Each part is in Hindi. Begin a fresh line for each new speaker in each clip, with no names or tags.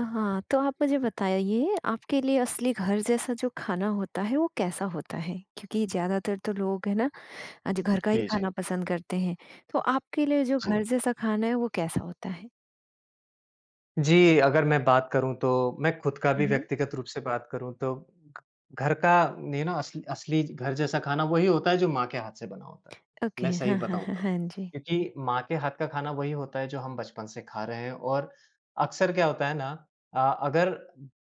हाँ, तो आप मुझे बताइए आपके लिए असली घर जैसा जो खाना होता है वो कैसा होता है? क्योंकि ज़्यादातर तो लोग है ना आज घर का ही
जी, जी,
खाना पसंद करते हैं। तो आपके लिए जो
जी।
घर जैसा खाना है वो कैसा होता है?
जी, अगर मैं बात करूँ तो मैं खुद का
हुँ,
भी
हुँ।
व्यक्तिगत रूप से बात करूँ तो घ घर का ये ना असली असली घर जैसा खाना वही होता है जो माँ के हाथ से बना होता है।
ओके,
मैं सही
हाँ, हाँ,
बताऊँ
हाँ,
तो।
हाँ जी।
क्योंकि माँ के हाथ का खाना वही होता है जो हम बचपन से खा रहे हैं और अक्सर क्या होता है ना अ, अगर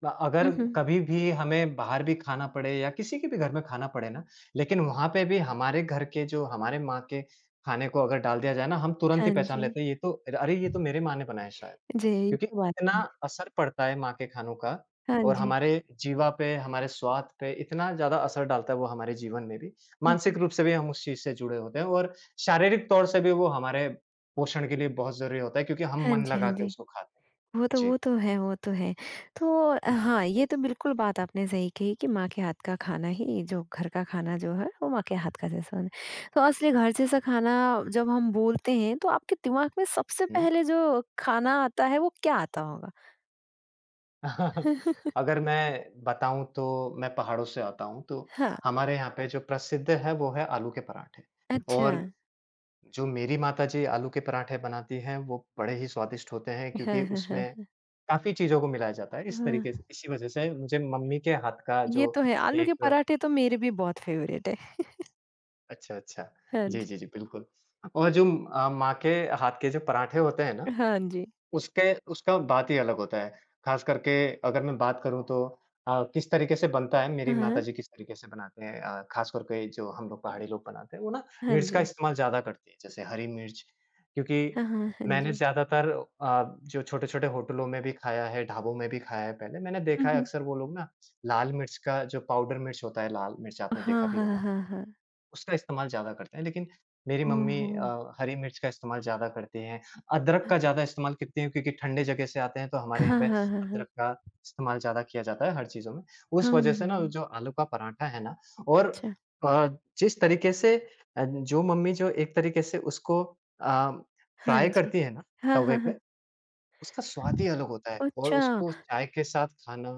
अगर
हुँ, हुँ।
कभी भी हमें बाहर भी खाना पड़े या किसी के भी घर में खाना पड़े ना, लेकिन वहाँ पे भी हमारे घर के जो हमारे माँ के खाने को अगर डाल दिया जाए ना, हम तुरंत ही
हाँ
पहचान
जी।
लेते हैं ये तो अरे! ये तो मेरे माँ ने बनाया है शायद।
जी, ये
क्योंकि
तो बात
इतना
है।
असर पड़ता है माँ के खानों का
हाँ
और
जी।
हमारे जीवा पे, हमारे स्वाद पे इतना ज़्यादा असर डालता है वो हमारे जीवन में भी।
हुँ,
मानसिक
हुँ।
रूप से भी हम उस चीज़ से जुड़े होते हैं और शारीरिक तौर से भी वो हमारे पोषण के लिए बहुत ज़रूरी होता है क्योंकि हम
हाँ
मन
जी, हाँ
लगा के
जी।
उसको खाते हैं।
वो तो
जी।
वो तो है, वो तो है। तो हाँ, ये तो बिल्कुल बात आपने सही कही कि माँ के हाथ का खाना ही जो घर का खाना जो है, वो माँ के हाथ का जैसा होना है। तो असली घर जैसा खाना जब हम बोलते हैं, तो आपके दिमाग में सबसे
हुँ।
पहले जो खाना आता है, वो क्या आता होगा?
अगर मैं बताऊँ तो मैं पहाड़ों से आता हूँ, तो
हाँ,
हमारे यहाँ पे जो प्रसिद्ध है वो है आलू के पराठे
अच्छा।
और जो मेरी माताजी आलू के पराठे बनाती हैं, वो बड़े ही स्वादिष्ट होते हैं क्योंकि
हाँ, हाँ,
उसमें
हाँ।
काफ़ी चीज़ों को मिलाया जाता है, इस तरीके
वाह!
से इसी वजह से मुझे मम्मी के हाथ का
ये
जो
तो है, आलू के
एक
पराठे तो मेरे भी बहुत फेवरेट है।
अच्छा, अच्छा।
हाँ
जी,
जी,
जी, जी, बिल्कुल। और जो माँ के हाथ के जो पराठे होते हैं ना,
हाँ जी।
उसके उसका बात ही अलग होता है। ख़ास करके अगर मैं बात करूँ तो किस तरीके से बनता है, मेरी
हाँ,
माताजी किस तरीके से बनाते हैं ख़ास कर के जो हम लोग पहाड़ी लोग बनाते हैं, वो ना
हाँ
मिर्च का
जी।
इस्तेमाल ज़्यादा करती हैं, जैसे हरी मिर्च। क्योंकि
हाँ, हाँ, हाँ
मैंने
जी।
ज़्यादातर जो छोटे-छोटे होटलों में भी खाया है, ढाबों में भी खाया है पहले, मैंने
हुँ,
देखा है
हुँ।
अक्सर वो लोग ना लाल मिर्च का जो पाउडर मिर्च होता है, लाल मिर्च आपने देखा
हाँ,
भी
हाँ,
होगा।
हाँ, हाँ।
उसका इस्तेमाल ज़्यादा करते हैं, लेकिन मेरी
ओह
मम्मी
हो!
हरी मिर्च का इस्तेमाल ज़्यादा करती हैं। अदरक का ज़्यादा इस्तेमाल करती हैं क्योंकि ठंडे जगह से आते हैं तो हमारे यहाँ
हाँ,
पे
हाँ, हाँ, हाँ।
अदरक का इस्तेमाल ज़्यादा किया जाता है हर चीज़ों में। उस
हाँ,
वजह
हुँ,
से ना वो
हुँ।
जो आलू का पराठा है ना और
अच्छा।
अ, जिस तरीके से जो मम्मी जो एक तरीके से उसको अ,
हाँ
फ्राई
जी।
करती है ना
हाँ,
तवे
हाँ,
पे,
हाँ।
उसका स्वाद ही अलग होता है और
अच्छा,
उसको चाय के साथ खाना,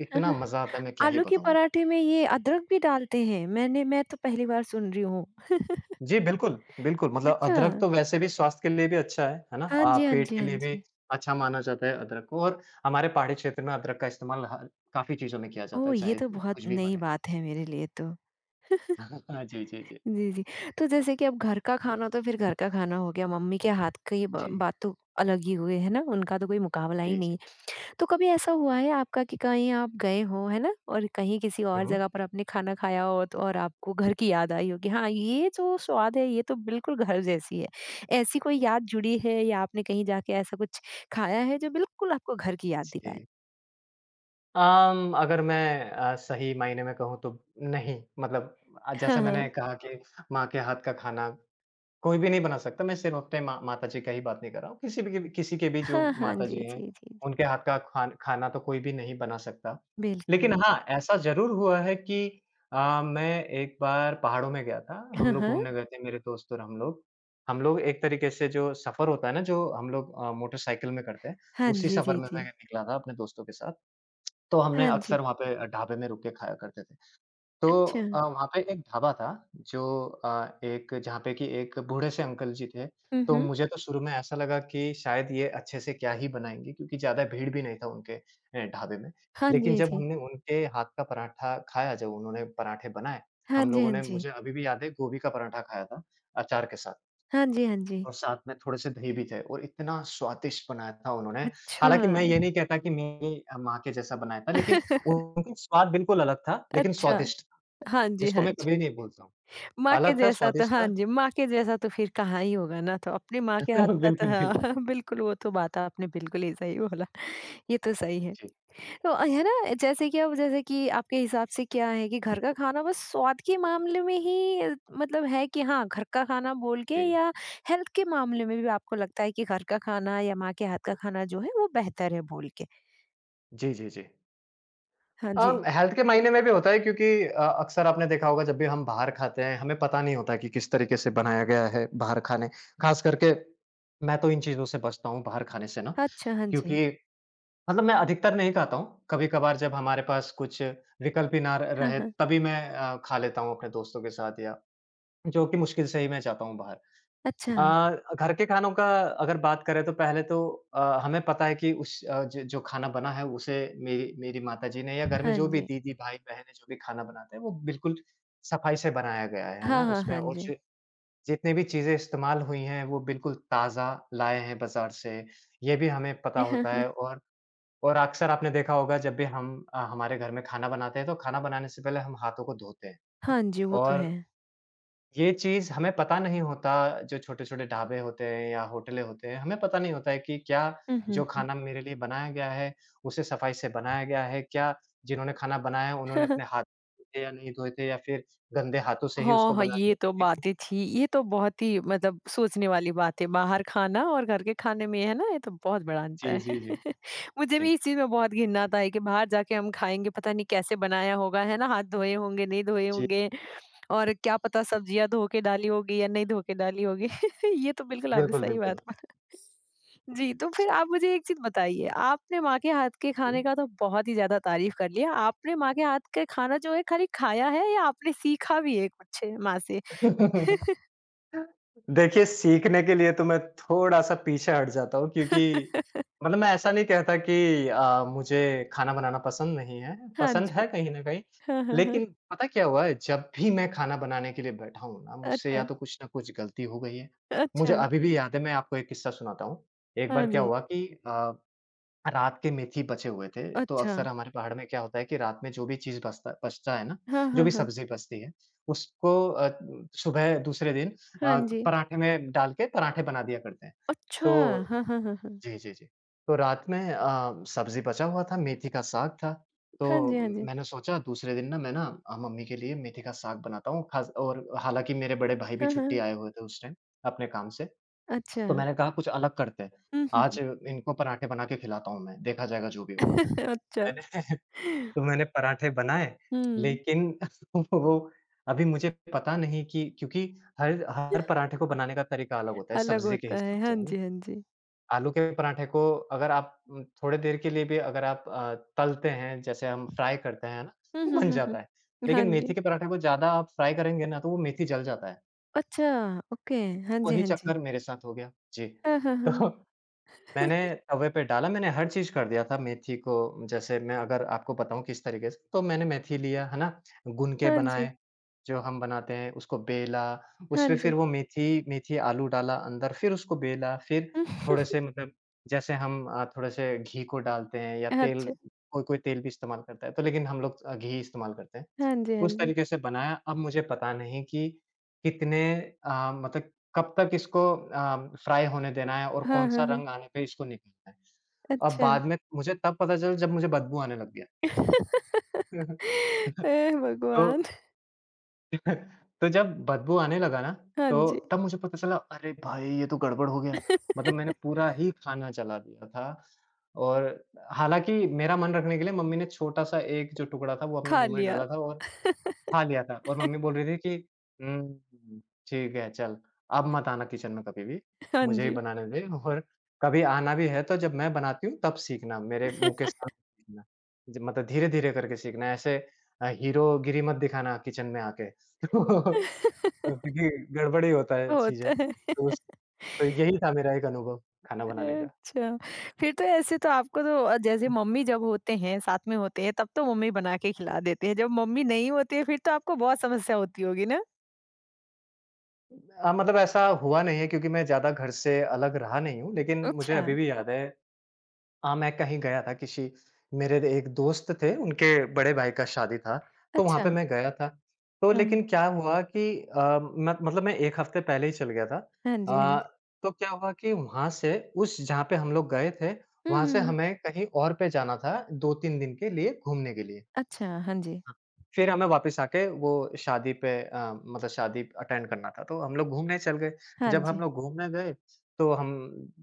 इतना मज़ा आता है मैं क्या ही
आलू के
बताऊँ आपको।
पराठे में ये अदरक भी डालते हैं? मैं तो पहली बार सुन रही हूँ।
जी, बिल्कुल, बिल्कुल मतलब
अच्छा।
अदरक तो वैसे भी स्वास्थ्य के लिए भी अच्छा है ना?
हाँ जी, हाँ
पेट
जी,
के
हाँ
लिए भी
जी।
अच्छा माना जाता है अदरक को और हमारे पहाड़ी क्षेत्र में अदरक का इस्तेमाल ह काफ़ी चीज़ों में किया जाता
ओह!
है,
ये
चाहे
तो
कुछ
बहुत
भी
नई
बने।
बात है मेरे लिए तो।
जी, जी, जी।
जी, जी। तो जैसे कि अब घर का खाना तो फिर घर का खाना हो गया, मम्मी के हाथ की ब
जी,
बात तो अलग ही हुई है ना, उनका तो कोई मुकाबला ही
जी,
नहीं
जी।
है। तो कभी ऐसा हुआ है आपका कि कहीं आप गए हों, है ना? और कहीं किसी और
हुँ,
जगह पर आपने खाना खाया हो तो और आपको घर की याद आई हो कि हाँ, ये जो स्वाद है, ये तो बिल्कुल घर जैसी है। ऐसी कोई याद जुड़ी है या आपने कहीं जाके ऐसा कुछ खाया है जो बिल्कुल आपको घर की याद दिलाए?
जी। अगर मैं सही मायने में कहूँ तो नहीं, मतलब जैसा
हाँ,
मैंने
हाँ।
कहा कि माँ के हाथ का खाना कोई भी नहीं बना सकता, मैं सिर्फ़ अपने माँ माता जी का ही बात नहीं कर रहा हूँ, किसी के भी जो
हाँ, हाँ।
माता
जी,
जी हैं,
जी, जी, जी।
उनके हाथ का खाना तो कोई भी नहीं बना सकता।
बिल्कुल,
लेकिन
बिल
हाँ, ऐसा ज़रूर हुआ है कि मैं एक बार पहाड़ों में गया था, हम
हाँ,
लोग
हाँ।
घूमने गए थे मेरे दोस्त और हम लोग। हम लोग एक तरीके से जो सफ़र होता है ना, जो हम लोग मोटरसाइकिल में करते हैं,
हाँ
उसी
जी,
सफ़र
जी,
में मैं
जी।
निकला था अपने दोस्तों के साथ, तो हमने
हाँ जी।
अक्सर वहाँ पे ढाबे में रुक के खाया करते थे। तो
अच्छा।
वहाँ पे एक ढाबा था जो एक जहाँ पे कि एक बूढ़े से अंकल जी थे,
हुँ,
तो
हुँ।
मुझे तो शुरू में ऐसा लगा कि शायद ये अच्छे से क्या ही बनाएँगे क्योंकि ज़्यादा भीड़ भी नहीं था उनके ढाबे में।
हाँ
लेकिन
जी,
जब
जी।
हमने उनके हाथ का पराठा खाया, जब उन्होंने पराठे बनाए,
हाँ
हम
जी,
लोगों
हाँ
ने
जी।
मुझे अभी भी याद है गोभी का पराठा खाया था अचार के साथ
हाँ जी, हाँ जी।
और साथ में थोड़े से दही भी थे और इतना स्वादिष्ट बनाया था उन्होंने।
अच्छा।
हालाँकि मैं ये नहीं कहता कि मेरी माँ के जैसा बनाया था लेकिन उनका स्वाद बिल्कुल अलग था, लेकिन
अच्छा।
स्वादिष्ट
हाँ जी,
जिसको
हाँ।
मैं कभी नहीं भूलता हूँ।
माँ के
अलग था,
जैसा तो
स्वादिष्ट
हाँ
था।
जी, माँ के जैसा तो फिर कहाँ ही होगा ना, तो अपनी माँ के हाथ
बिल्कुल,
का तो
बिल्कुल।
हाँ, बिल्कुल वो तो बात आपने बिल्कुल ही सही बोला, ये तो सही है।
जी।
तो है ना, जैसे कि आपके हिसाब से क्या है कि घर का खाना बस स्वाद के मामले में ही मतलब है कि हाँ, घर का खाना बोल के
जी।
या हेल्थ के मामले में भी आपको लगता है कि घर का खाना या माँ के हाथ का खाना जो है वो बेहतर है बोल के?
जी, जी, जी।
हाँ जी।
अम, हेल्थ के मायने में भी होता है क्योंकि अक्सर आपने देखा होगा जब भी हम बाहर खाते हैं, हमें पता नहीं होता कि किस तरीके से बनाया गया है बाहर खाने। ख़ास करके मैं तो इन चीज़ों से बचता हूँ बाहर खाने से ना,
अच्छा, हाँ जी।
क्योंकि मतलब मैं अधिकतर नहीं खाता हूँ। कभी-कभार जब हमारे पास कुछ विकल्प ही ना र
हाँ,
रहे
हाँ।
तभी मैं खा लेता हूँ अपने दोस्तों के साथ या जो कि मुश्किल से ही मैं जाता हूँ बाहर।
अच्छा,
घर के खानों का अगर बात करें तो पहले तो हमें पता है कि उस अ, ज जो खाना बना है उसे मेरी मेरी माताजी ने या घर में
हाँ
जो भी
जी।
दीदी, भाई-बहनें जो भी खाना बनाते हैं वो बिल्कुल सफाई से बनाया गया है ना?
हाँ, हाँ,
उसमें
हाँ
और
जी।
जि जितनी भी चीज़ें इस्तेमाल हुई हैं वो बिल्कुल ताज़ा लाए हैं बाज़ार से, ये भी हमें पता
हाँ,
होता
हाँ।
है और अक्सर आपने देखा होगा जब भी हम हमारे घर में खाना बनाते हैं तो खाना बनाने से पहले हम हाथों को धोते हैं
हाँ जी, वो तो
और
है।
ये चीज़ हमें पता नहीं होता, जो छोटे-छोटे ढाबे होते हैं या होटलें होते हैं, हमें पता नहीं होता है कि क्या
हुँ,
जो
हुँ।
खाना मेरे लिए बनाया गया है, उसे सफाई से बनाया गया है? क्या जिन्होंने खाना बनाया, है उन्होंने अपने हाथ धोए थे या नहीं धोए थे या फिर गंदे हाथों से ही
हाँ,
उसको
हाँ,
बना
ये
दिया
तो
क्योंकि
बातें थी। ये तो बहुत ही मतलब सोचने वाली बात है, बाहर खाना और घर के खाने में, है ना? ये तो बहुत बड़ा
जी,
अंतर है।
जी, जी।
मुझे
जी,
भी इस चीज़ में बहुत घिन्ना था कि बाहर जाके हम खाएँगे, पता नहीं कैसे बनाया होगा, है ना? हाथ धोए होंगे, नहीं धोए
जी।
होंगे। और क्या पता सब्जियाँ धो के डाली होगी या नहीं धो के डाली होगी। ये तो बिल्कुल आपने
बिल्कुल,
सही
बिल्कुल।
बात बोला। जी, तो फिर
जी,
आप मुझे एक चीज़ बताइए, आपने माँ के हाथ के
जी।
खाने का तो बहुत ही ज़्यादा तारीफ़ कर लिया। आपने माँ के हाथ का खाना जो है खाली खाया है या आपने सीखा भी है कुछ माँ से?
देखिए, सीखने के लिए तो मैं थोड़ा-सा पीछे हट जाता हूँ क्योंकि मतलब मैं ऐसा नहीं कहता कि मुझे खाना बनाना पसंद नहीं है,
हाँ
पसंद है
जी।
कहीं न कहीं।
हाँ, हाँ, हाँ।
लेकिन पता क्या हुआ है, जब भी मैं खाना बनाने के लिए बैठा हूँ ना, मुझसे
अच्छा,
या तो कुछ ना कुछ गलती हो गई है। मुझे
अच्छा।
अभी भी याद है, मैं आपको एक किस्सा सुनाता हूँ। एक
हाँ
बार क्या
जी।
हुआ कि रात के मेथी बचे हुए थे, तो
अच्छा।
अक्सर हमारे पहाड़ में क्या होता है कि रात में जो भी चीज़ बचता बचता है ना,
हाँ,
जो
हाँ,
भी
हाँ।
सब्ज़ी बचती है, उसको सुबह दूसरे दिन
हाँ
अ,
जी।
पराठे में डाल के पराठे बना दिया करते हैं।
अच्छा!
तो
हाँ, हाँ, हाँ, हाँ।
जी, जी, जी। तो रात में सब्ज़ी बचा हुआ था, मेथी का साग था,
हाँ जी,
तो
हाँ जी।
मैंने सोचा दूसरे दिन ना मैं ना मम्मी के लिए मेथी का साग बनाता हूँ, ख़ास और हालाँकि मेरे बड़े भाई भी
हाँ,
छुट्टी
हाँ।
आए हुए थे उस टाइम अपने काम से।
अच्छा।
तो मैंने कहा कुछ अलग करते हैं।
हुँ,
आज
हुँ।
इनको पराठे बना के खिलाता हूँ मैं, देखा जाएगा जो भी होगा।
अच्छा।
मैंने तो मैंने पराठे बनाए
हुँ।
लेकिन वो अभी मुझे पता नहीं कि क्योंकि हर हर पराठे को बनाने का तरीका अलग होता है
अलग
सब्ज़ी के
होता
हिसाब
है।
से,
हाँ
है ना?
जी, हाँ जी।
आलू के पराठे को अगर आप थोड़ी देर के लिए भी अगर आप तलते हैं, जैसे हम फ्राई करते हैं ना,
हुँ,
तो
हुँ,
बन
हुँ,
जाता है।
हुँ।
लेकिन
हाँ
मेथी
जी।
के पराठे को ज़्यादा आप फ्राई करेंगे ना, तो वो मेथी जल जाता है।
अच्छा, ओके। हाँ जी,
वही
हाँ जी।
चक्कर मेरे साथ हो गया। जी।
हाँ, हाँ, हाँ।
तो मैंने तवे पे डाला, मैंने हर चीज़ कर दिया था मेथी को जैसे मैं अगर आपको बताऊँ किस तरीके से, तो मैंने मेथी लिया, है ना? भून के
हाँ जी,
बनाए, जो हम बनाते हैं, उसको बेला।
हाँ
उसमें
जी।
फिर वो मेथी मेथी आलू डाला अंदर, फिर उसको बेला, फिर थोड़े से मतलब, जैसे हम थोड़े से घी को डालते हैं या तेल।
अच्छा।
कोई-कोई तेल भी इस्तेमाल करता है, तो लेकिन हम लोग घी इस्तेमाल करते हैं।
हाँ जी, हाँ
उस
जी।
तरीके से बनाया। अब मुझे पता नहीं कि कितने मतलब कब तक इसको फ्राई होने देना है और
हाँ,
कौन-सा
हाँ, हाँ।
रंग आने पे इसको निकालना है। अब
अच्छा।
बाद में मुझे तब पता चला जब मुझे बदबू आने लग गया।
हे
तो
भगवान!
जब बदबू आने लगा ना,
हाँ
तो
जी।
तब मुझे पता चला, अरे भाई! ये तो गड़बड़ हो गया। मतलब मैंने पूरा ही खाना जला दिया था। और हालाँकि मेरा मन रखने के लिए मम्मी ने छोटा-सा एक जो टुकड़ा था वो अपने
खा
मुँह में
लिया।
डाला था, और खा लिया था। और मम्मी बोल रही थी कि "हुँ, ठीक है चल, अब मत आना किचन में कभी भी।
हाँ
मुझे ही
जी।
बनाने दे और कभी आना भी है तो जब मैं बनाती हूँ तब सीखना, मेरे मुँह के सामने सीखना। ज मतलब धीरे-धीरे करके सीखना, ऐसे हीरोगिरी मत दिखाना किचन में आके।" तो क्योंकि गड़बड़ ही होता है चीज़ें।
होता है।
तो उस तो यही था मेरा एक अनुभव खाना बनाने का।
अच्छा। फिर तो ऐसे तो आपको तो जैसे मम्मी जब होते हैं, साथ में होते हैं, तब तो मम्मी बना के खिला देते हैं। जब मम्मी नहीं होती है, फिर तो आपको बहुत समस्या होती होगी ना?
मतलब ऐसा हुआ नहीं है क्योंकि मैं ज़्यादा घर से अलग रहा नहीं हूँ, लेकिन मुझे
अच्छा,
अभी भी याद है। हाँ, मैं कहीं गया था, किसी मेरे एक दोस्त थे, उनके बड़े भाई का शादी था, तो वहाँ
अच्छा।
पे मैं गया था। तो
हाँ, हाँ।
लेकिन क्या हुआ कि मत मतलब मैं 1 हफ़्ते पहले ही चल गया था।
हाँ जी, हाँ जी।
अ, तो क्या हुआ कि वहाँ से, उस जहाँ पे हम लोग गए थे,
हुँ,
वहाँ
हुँ,
से
हुँ।
हमें कहीं और पे जाना था 2-3 दिन के लिए घूमने के लिए।
अच्छा, हाँ जी।
हाँ, फिर हमें वापस आके वो शादी पे मतलब शादी अटेंड करना था, तो हम लोग घूमने चल गए।
हाँ
जब हम
जी।
लोग घूमने गए, तो हम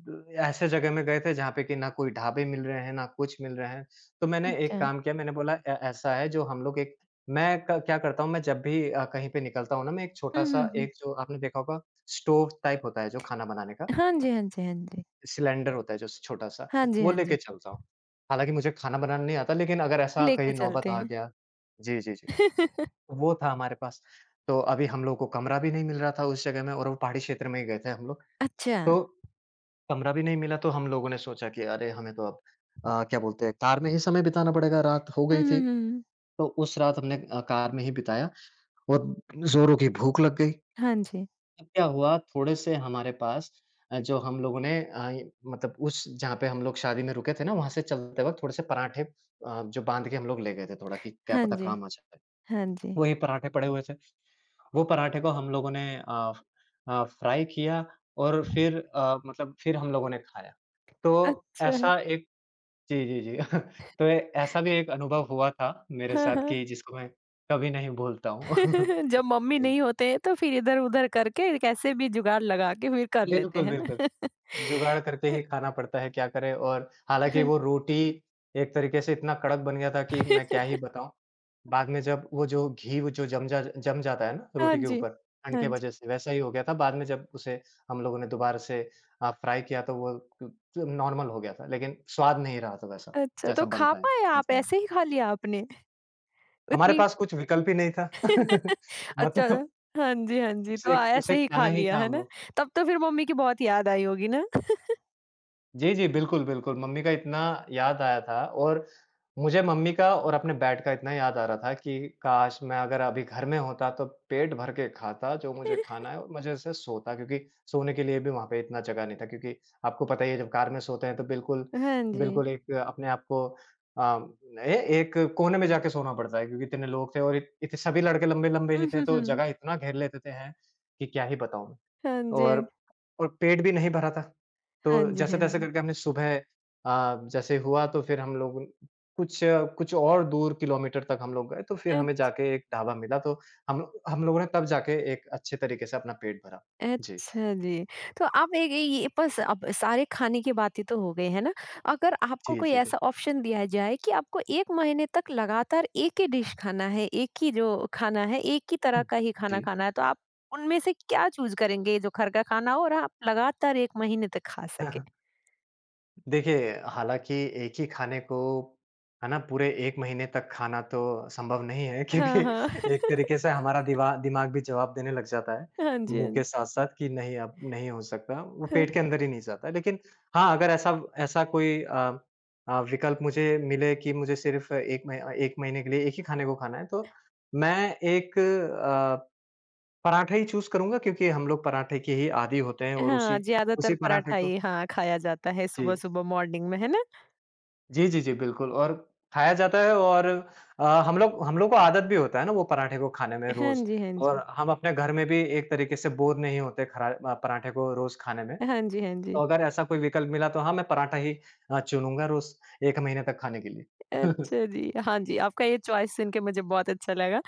ऐसे जगह में गए थे जहाँ पे कि ना कोई ढाबे मिल रहे हैं, ना कुछ मिल रहे हैं। तो मैंने एक
अच्छा।
काम किया, मैंने बोला, ए ऐसा है, जो हम लोग एक मैं क क्या करता हूँ, मैं जब भी कहीं पे निकलता हूँ ना, मैं एक
हुँ, हुँ,
छोटा-सा
हुँ।
एक, जो आपने देखा होगा, स्टोव टाइप होता है जो खाना बनाने का,
हाँ जी, हाँ जी, हाँ जी।
सिलेंडर होता है जो छोटा-सा,
हाँ जी,
वो
हाँ
लेके
जी।
चलता हूँ। हालाँकि मुझे खाना बनाना नहीं आता, लेकिन अगर ऐसा कहीं
लेके
नौबत
चलते
आ
हैं।
गया। जी, जी, जी। वो था हमारे पास। तो अभी हम लोगों को कमरा भी नहीं मिल रहा था उस जगह में, और वो पहाड़ी क्षेत्र में ही गए थे हम लोग।
अच्छा।
तो कमरा भी नहीं मिला, तो हम लोगों ने सोचा कि अरे! हमें तो अब क्या बोलते हैं, कार में ही समय बिताना पड़ेगा, रात हो
हुँ,
गई
हुँ,
थी।
हुँ, हुँ।
तो उस रात हमने कार में ही बिताया, और ज़ोरों की भूख लग गई।
हाँ जी।
तब क्या हुआ, थोड़े से हमारे पास जो हम लोगों ने अ, इ मतलब उस जहाँ पे हम लोग शादी में रुके थे ना, वहाँ से चलते वक़्त थोड़े से पराठे जो बाँध के हम लोग ले गए थे थोड़ा कि क्या
हाँ
पता
जी।
काम आ जाए।
हाँ जी।
वही पराठे पड़े हुए थे। वो पराठे को हम लोगों ने फ्राई किया, और फिर मतलब फिर हम लोगों ने खाया। तो
अच्छा।
ऐसा एक, जी, जी, जी। तो ए ऐसा भी एक अनुभव हुआ था मेरे
हाँ,
साथ,
हाँ।
कि जिसको मैं कभी नहीं भूलता हूँ।
जब मम्मी
जी,
नहीं होते हैं तो फिर इधर-उधर करके कैसे भी जुगाड़ लगा के फिर कर लेते
बिल्कुल,
हैं ना।
बिल्कुल। जुगाड़ करके ही खाना पड़ता है, क्या करें। और हालाँकि वो रोटी एक तरीके से इतना कड़क बन गया था कि मैं क्या ही बताऊँ। बाद में जब वो जो घी, वो जो जम जाता है ना
हाँ
रोटी के
जी।
ऊपर ठंड
हाँ
के
जी।
वजह से, वैसा ही हो गया था। बाद में जब उसे हम लोगों ने दोबारा से फ्राई किया तो वो क नॉर्मल हो गया था, लेकिन स्वाद नहीं रहा था वैसा,
अच्छा,
जैसा
तो खा
बनता है
पाए आप?
असल में।
ऐसे ही खा लिया आपने?
हमारे
उतनी
पास कुछ विकल्प ही नहीं था।
अच्छा,
मतलब
हाँ जी, हाँ जी, तो
उसे
आया
उसे
से ही खा
खाना ही
लिया,
था
है
हम
ना?
लोग।
तब तो फिर मम्मी की बहुत याद आई होगी ना?
जी, जी, बिल्कुल, बिल्कुल। मम्मी का इतना याद आया था। और मुझे मम्मी का और अपने बैट का इतना याद आ रहा था कि काश मैं अगर अभी घर में होता तो पेट भर के खाता जो मुझे खाना है और मज़े से सोता, क्योंकि सोने के लिए भी वहाँ पे इतना जगह नहीं था, क्योंकि आपको पता ही है जब कार में सोते हैं तो बिल्कुल,
हाँ जी।
बिल्कुल एक अपने आप को अ, ए एक कोने में जाके सोना पड़ता है, क्योंकि इतने लोग थे, और इत इत, सभी लड़के लंबे-लंबे ही
हुँ,
थे,
हुँ,
तो
हुँ।
जगह इतना घेर लेते थे हैं कि क्या ही बताऊँ मैं।
हाँ जी, हाँ
और और पेट भी नहीं भरा था।
हाँ
तो
जी, हाँ
जैसे-तैसे
जी।
करके हमने सुबह जैसे हुआ तो फिर हम लोग कुछ कुछ और दूर किलोमीटर तक हम लोग गए, तो फिर
अ,
हमें जाके एक ढाबा मिला, तो हम हम लोगों ने तब जाके एक अच्छे तरीके से अपना पेट भरा। जी।
अच्छा जी। तो आप एक एक- ये बस अब सारे खाने की बातें तो हो गई, है ना? अगर आपको
जी,
कोई
जी, जी।
ऐसा ऑप्शन दिया जाए कि आपको 1 महीने तक लगातार एक ही डिश खाना है, एक ही जो खाना है, एक ही तरह का ही खाना
जी।
खाना है, तो आप उनमें से क्या चूज़ करेंगे जो घर का खाना हो और आप लगातार 1 महीने तक खा सकें?
जी, देखिए, हालाँकि एक ही खाने को, है ना, पूरे 1 महीने तक खाना तो संभव नहीं है। क्योंकि
हाँ, हाँ।
एक तरीके से हमारा दिवा दिमाग भी जवाब देने लग जाता है,
हाँ जी,
मुँह
हाँ
के
जी।
साथ-साथ कि नहीं, अब नहीं हो सकता, वो पेट के अंदर ही नहीं जाता। लेकिन हाँ, अगर ऐसा ऐसा कोई विकल्प मुझे मिले कि मुझे सिर्फ़ 1 महीने के लिए एक ही खाने को खाना है, तो मैं एक पराठा ही चूज़ करूँगा, क्योंकि हम लोग पराठे के ही आदी होते हैं और
हाँ,
उसी उसी
ज़्यादातर
पराठे
पराठा
को।
ही हाँ, खाया जाता है
जी,
सुबह-सुबह मॉर्निंग में, है ना?
जी, जी, जी, बिल्कुल। और खाया जाता है, और हम लोग को आदत भी होता है ना वो पराठे को खाने में
हाँ
रोज़।
जी, हाँ
और
जी।
हम अपने घर में भी एक तरीके से बोर नहीं होते, खरा पराठे को रोज़ खाने में।
हाँ जी, हाँ
तो
जी।
अगर ऐसा कोई विकल्प मिला तो हाँ, मैं पराठा ही चुनूँगा रोज़ 1 महीने तक खाने के लिए।
अच्छा जी, हाँ जी, आपका ये चॉइस सुन के मुझे बहुत अच्छा लगा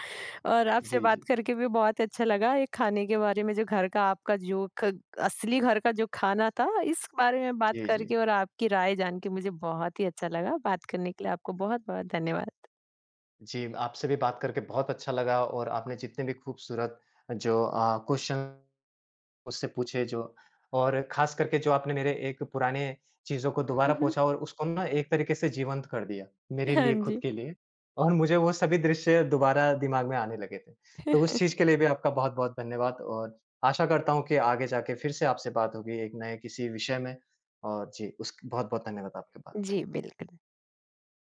और आपसे
जी,
बात
जी।
करके भी बहुत अच्छा लगा। ये खाने के बारे में जो घर का आपका जो ख असली घर का जो खाना था, इस बारे में बात
जी,
करके
जी।
और आपकी राय जान के मुझे बहुत ही अच्छा लगा। बात करने के लिए आपको बहुत-बहुत धन्यवाद।
जी, आपसे भी बात करके बहुत अच्छा लगा। और आपने जितने भी खूबसूरत जो क्वेश्चन उससे पूछे जो, और खास करके जो आपने मेरे एक पुराने चीज़ों को
हुँ,
दोबारा
हुँ।
पोंछा और उसको ना एक तरीके से जीवंत कर दिया, मेरे
हाँ
लिए, खुद
जी।
के लिए। और मुझे वो सभी दृश्य दोबारा दिमाग में आने लगे थे। तो उस चीज़ के लिए भी आपका बहुत-बहुत धन्यवाद। और आशा करता हूँ कि आगे जाके फिर से आपसे बात होगी एक नए किसी विषय में। और जी, उस बहुत-बहुत धन्यवाद आपके पा
जी, बिल्कुल।